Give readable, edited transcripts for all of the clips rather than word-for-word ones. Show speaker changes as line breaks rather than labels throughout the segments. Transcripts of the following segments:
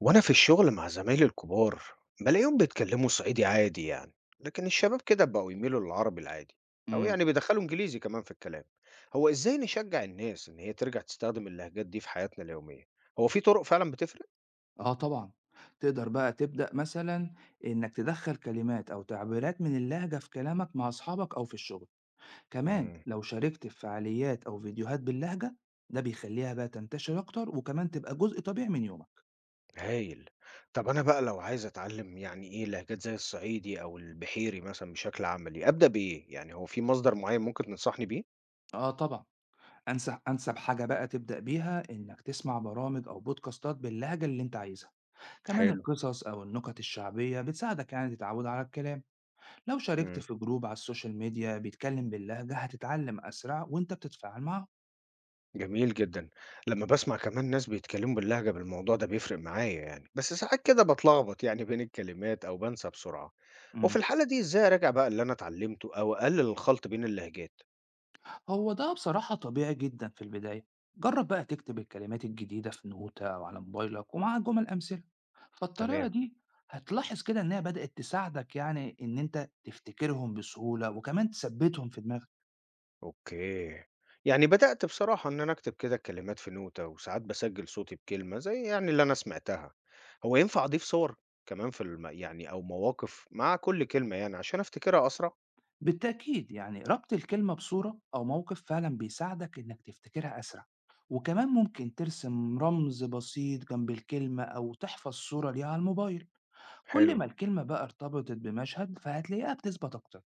وأنا في الشغل مع زمايلي الكبار بلاقيهم بيتكلموا صعيدي عادي يعني، لكن الشباب كده بقوا يميلوا للعربي العادي أو
إمم.
يعني بيدخلوا إنجليزي كمان في الكلام. هو إزاي نشجع الناس إن هي ترجع تستخدم اللهجات دي في حياتنا اليومية؟ هو في طرق فعلا بتفرق؟
آه طبعًا. تقدر بقى تبدأ مثلًا إنّك تدخّل كلمات أو تعبيرات من اللهجة في كلامك مع أصحابك أو في الشغل. كمان
مم.
لو شاركت في فعاليات أو فيديوهات باللهجة، ده بيخلّيها بقى تنتشر أكتر وكمان تبقى جزء طبيعي من يومك.
هايل. طب أنا بقى لو عايز أتعلم يعني إيه لهجات زي الصعيدي أو البحيري مثلا بشكل عملي، أبدأ بإيه؟ يعني هو في مصدر معين ممكن تنصحني بيه؟
آه طبعًا. أنسب حاجة بقى تبدأ بيها إنّك تسمع برامج أو بودكاستات باللهجة اللي أنت عايزها. كمان
حلو.
القصص أو النكت الشعبية بتساعدك يعني تتعوّد على الكلام. لو شاركت
مم.
في جروب على السوشيال ميديا بيتكلّم باللهجة، هتتعلّم أسرع وأنت بتتفاعل معاهم.
جميل جدًا. لمّا باسمع كمان ناس بيتكلموا باللهجة بالموضوع ده بيفرق معايا يعني، بس ساعات كده باتلخبط يعني بين الكلمات أو بانسى بسرعة. وفي
إمم.
الحالة دي إزاي أراجع بقى اللي أنا اتعلمته أو أقلل الخلط بين اللهجات؟
هو ده بصراحة طبيعي جدًا في البداية، جرّب بقى تكتب الكلمات الجديدة في نوتة أو على موبايلك ومعاها جُمل أمثلة، فالطريقة
تمام.
دي هتلاحظ كده إنها بدأت تساعدك يعني إن أنت تفتكرهم بسهولة وكمان تثبّتهم في دماغك،
أوكي. يعني بدأت بصراحة إن أنا أكتب كده الكلمات في نوتة، وساعات باسجل صوتي بكلمة زي يعني اللي أنا سمعتها. هو ينفع أضيف صور كمان في الم يعني أو مواقف مع كل كلمة يعني عشان أفتكرها أسرع؟
بالتأكيد يعني ربط الكلمة بصورة أو موقف فعلًا بيساعدك إنك تفتكرها أسرع، وكمان ممكن ترسم رمز بسيط جنب الكلمة أو تحفظ صورة ليها على الموبايل، كل
حلو.
ما الكلمة بقى ارتبطت بمشهد فهتلاقيها بتثبت أكتر.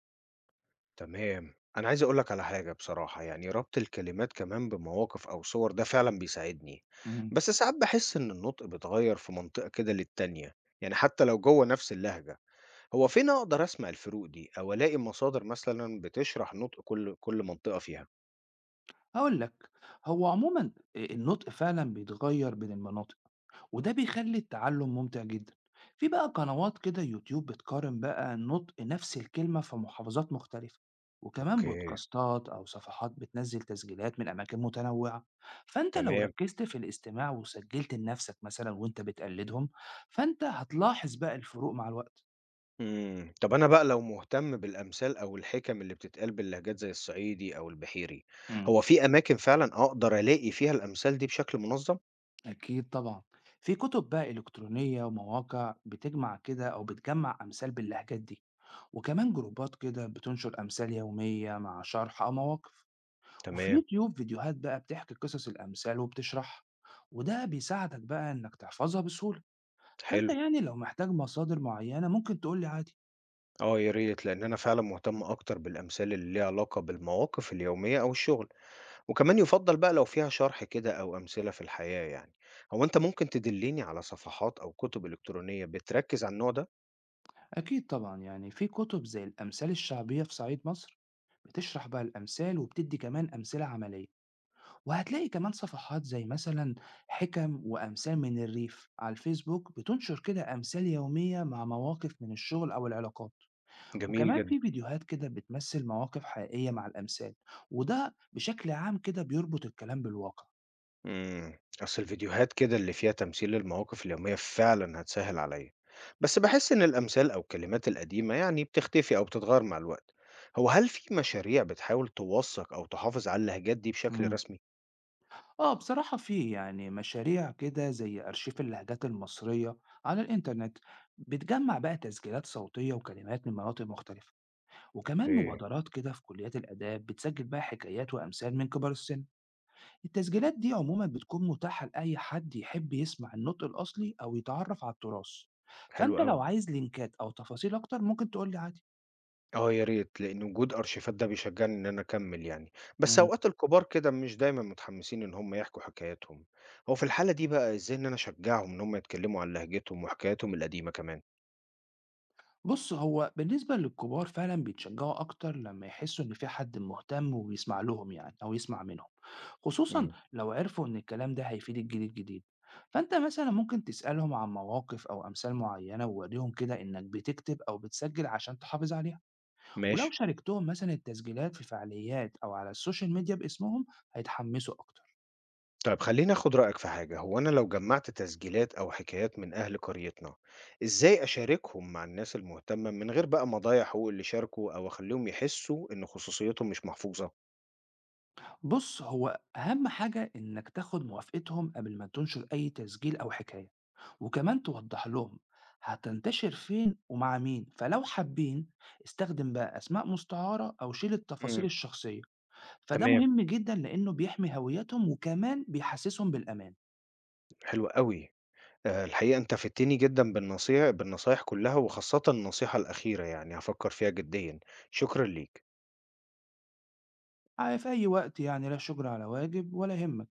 تمام. أنا عايز أقول لك على حاجة بصراحة، يعني ربط الكلمات كمان بمواقف أو صور ده فعلًا بيساعدني،
اهم.
بس ساعات باحس إن النطق بيتغير في منطقة كده للتانية، يعني حتى لو جوه نفس اللهجة. هو فين أقدر أسمع الفروق دي أو ألاقي مصادر مثلًا بتشرح نطق كل منطقة فيها؟
هاقول لك، هو عمومًا النطق فعلًا بيتغيّر بين المناطق، وده بيخلّي التعلُّم ممتع جدًا. في بقى قنوات كده يوتيوب بتقارن بقى نطق نفس الكلمة في محافظات مختلفة، وكمان
أوكي.
بودكاستات أو صفحات بتنزّل تسجيلات من أماكن متنوّعة. فأنت لو
تمام.
ركّزت في الاستماع وسجّلت لنفسك مثلًا وأنت بتقلّدهم، فأنت هتلاحظ بقى الفروق مع الوقت.
إمم، طب أنا بقى لو مهتم بالأمثال أو الحِكَم اللي بتتقال باللهجات زي الصعيدي أو البحيري،
إمم.
هو في أماكن فعلًا أقدر ألاقي فيها الأمثال دي بشكل منظم؟
أكيد طبعًا، في كتب بقى إلكترونية ومواقع بتجمع كده أو بتجمّع أمثال باللهجات دي، وكمان جروبات كده بتنشر أمثال يومية مع شرح أو مواقف، وفي
تمام.
يوتيوب فيديوهات بقى بتحكي قصص الأمثال وبتشرحها، وده بيساعدك بقى إنك تحفظها بسهولة، فأنت
حلو.
يعني لو محتاج مصادر معينة ممكن تقول لي عادي.
آه يا ريت، لأن أنا فعلا مهتم أكتر بالأمثال اللي ليها علاقة بالمواقف اليومية أو الشغل، وكمان يفضل بقى لو فيها شرح كده أو أمثلة في الحياة يعني. هو أنت ممكن تدلني على صفحات أو كتب إلكترونية بتركز على النوع ده؟
أكيد طبعًا، يعني في كتب زي الأمثال الشعبية في صعيد مصر بتشرح بقى الأمثال وبتدي كمان أمثلة عملية. وهتلاقي كمان صفحات زي مثلا حكم وأمثال من الريف على الفيسبوك بتنشر كده أمثال يومية مع مواقف من الشغل أو العلاقات،
جميل
وكمان
جدا.
في فيديوهات كده بتمثل مواقف حقيقية مع الأمثال، وده بشكل عام كده بيربط الكلام بالواقع.
امم، أصل الفيديوهات كده اللي فيها تمثيل للمواقف اليومية فعلا هتسهل عليا، بس بحس إن الأمثال أو الكلمات القديمة يعني بتختفي أو بتتغير مع الوقت. هو هل في مشاريع بتحاول توثق أو تحافظ على اللهجات دي بشكل
مم.
رسمي؟
اه بصراحة في يعني مشاريع كده زي أرشيف اللهجات المصرية على الإنترنت بتجمع بقى تسجيلات صوتية وكلمات من مناطق مختلفة، وكمان
اوكي.
مبادرات كده في كليات الآداب بتسجل بقى حكايات وأمثال من كبار السن. التسجيلات دي عموما بتكون متاحة لأي حد يحب يسمع النطق الأصلي أو يتعرف على التراث.
حلو
فأنت
أوي.
لو عايز لينكات أو تفاصيل أكتر ممكن تقولي عادي.
آه يا ريت، لإن وجود أرشيفات ده بيشجّعني إن أنا أكمّل يعني، بس
امم.
أوقات الكبار كده مش دايمًا متحمّسين إن هم يحكوا حكاياتهم. هو في الحالة دي بقى إزاي إن أنا أشجّعهم إن هم يتكلّموا عن لهجتهم وحكاياتهم القديمة كمان؟
بص، هو بالنسبة للكبار فعلا بيتشجعوا أكتر لما يحسوا إن في حد مهتم وبيسمع لهم يعني أو يسمع منهم، خصوصا
إمم.
لو عرفوا إن الكلام ده هيفيد الجيل الجديد. فأنت مثلا ممكن تسألهم عن مواقف أو أمثال معينة ووريهم كده إنك بتكتب أو بتسجل عشان تحافظ عليها،
ماشي.
ولو شاركتهم مثلا التسجيلات في فعاليات أو على السوشيال ميديا باسمهم هيتحمسوا أكتر.
طيب خلّيني آخُد رأيك في حاجة، هو أنا لو جمّعت تسجيلات أو حكايات من أهل قريتنا، إزاي أشاركهم مع الناس المهتمة من غير بقى ما أضيّع حقوق اللي شاركوا أو أخلّيهم يحسّوا إن خصوصيتهم مش محفوظة؟
بص، هو أهم حاجة إنك تاخد موافقتهم قبل ما تنشر أي تسجيل أو حكاية، وكمان توضح لهم هتنتشر فين ومع مين، فلو حابين استخدم بقى أسماء مستعارة أو شيل
إمم.
التفاصيل الشخصية. فده
تمام.
مهم جدا لأنه بيحمي هويتهم وكمان بيحسسهم بالأمان.
حلو أوي. الحقيقة أنت فدتني جدًا بالنصايح كلّها، وخاصةً النصيحة الأخيرة يعني هافكّر فيها جديًا. شكرًا ليك.
في أي وقت يعني، لا شكر على واجب ولا يهمك.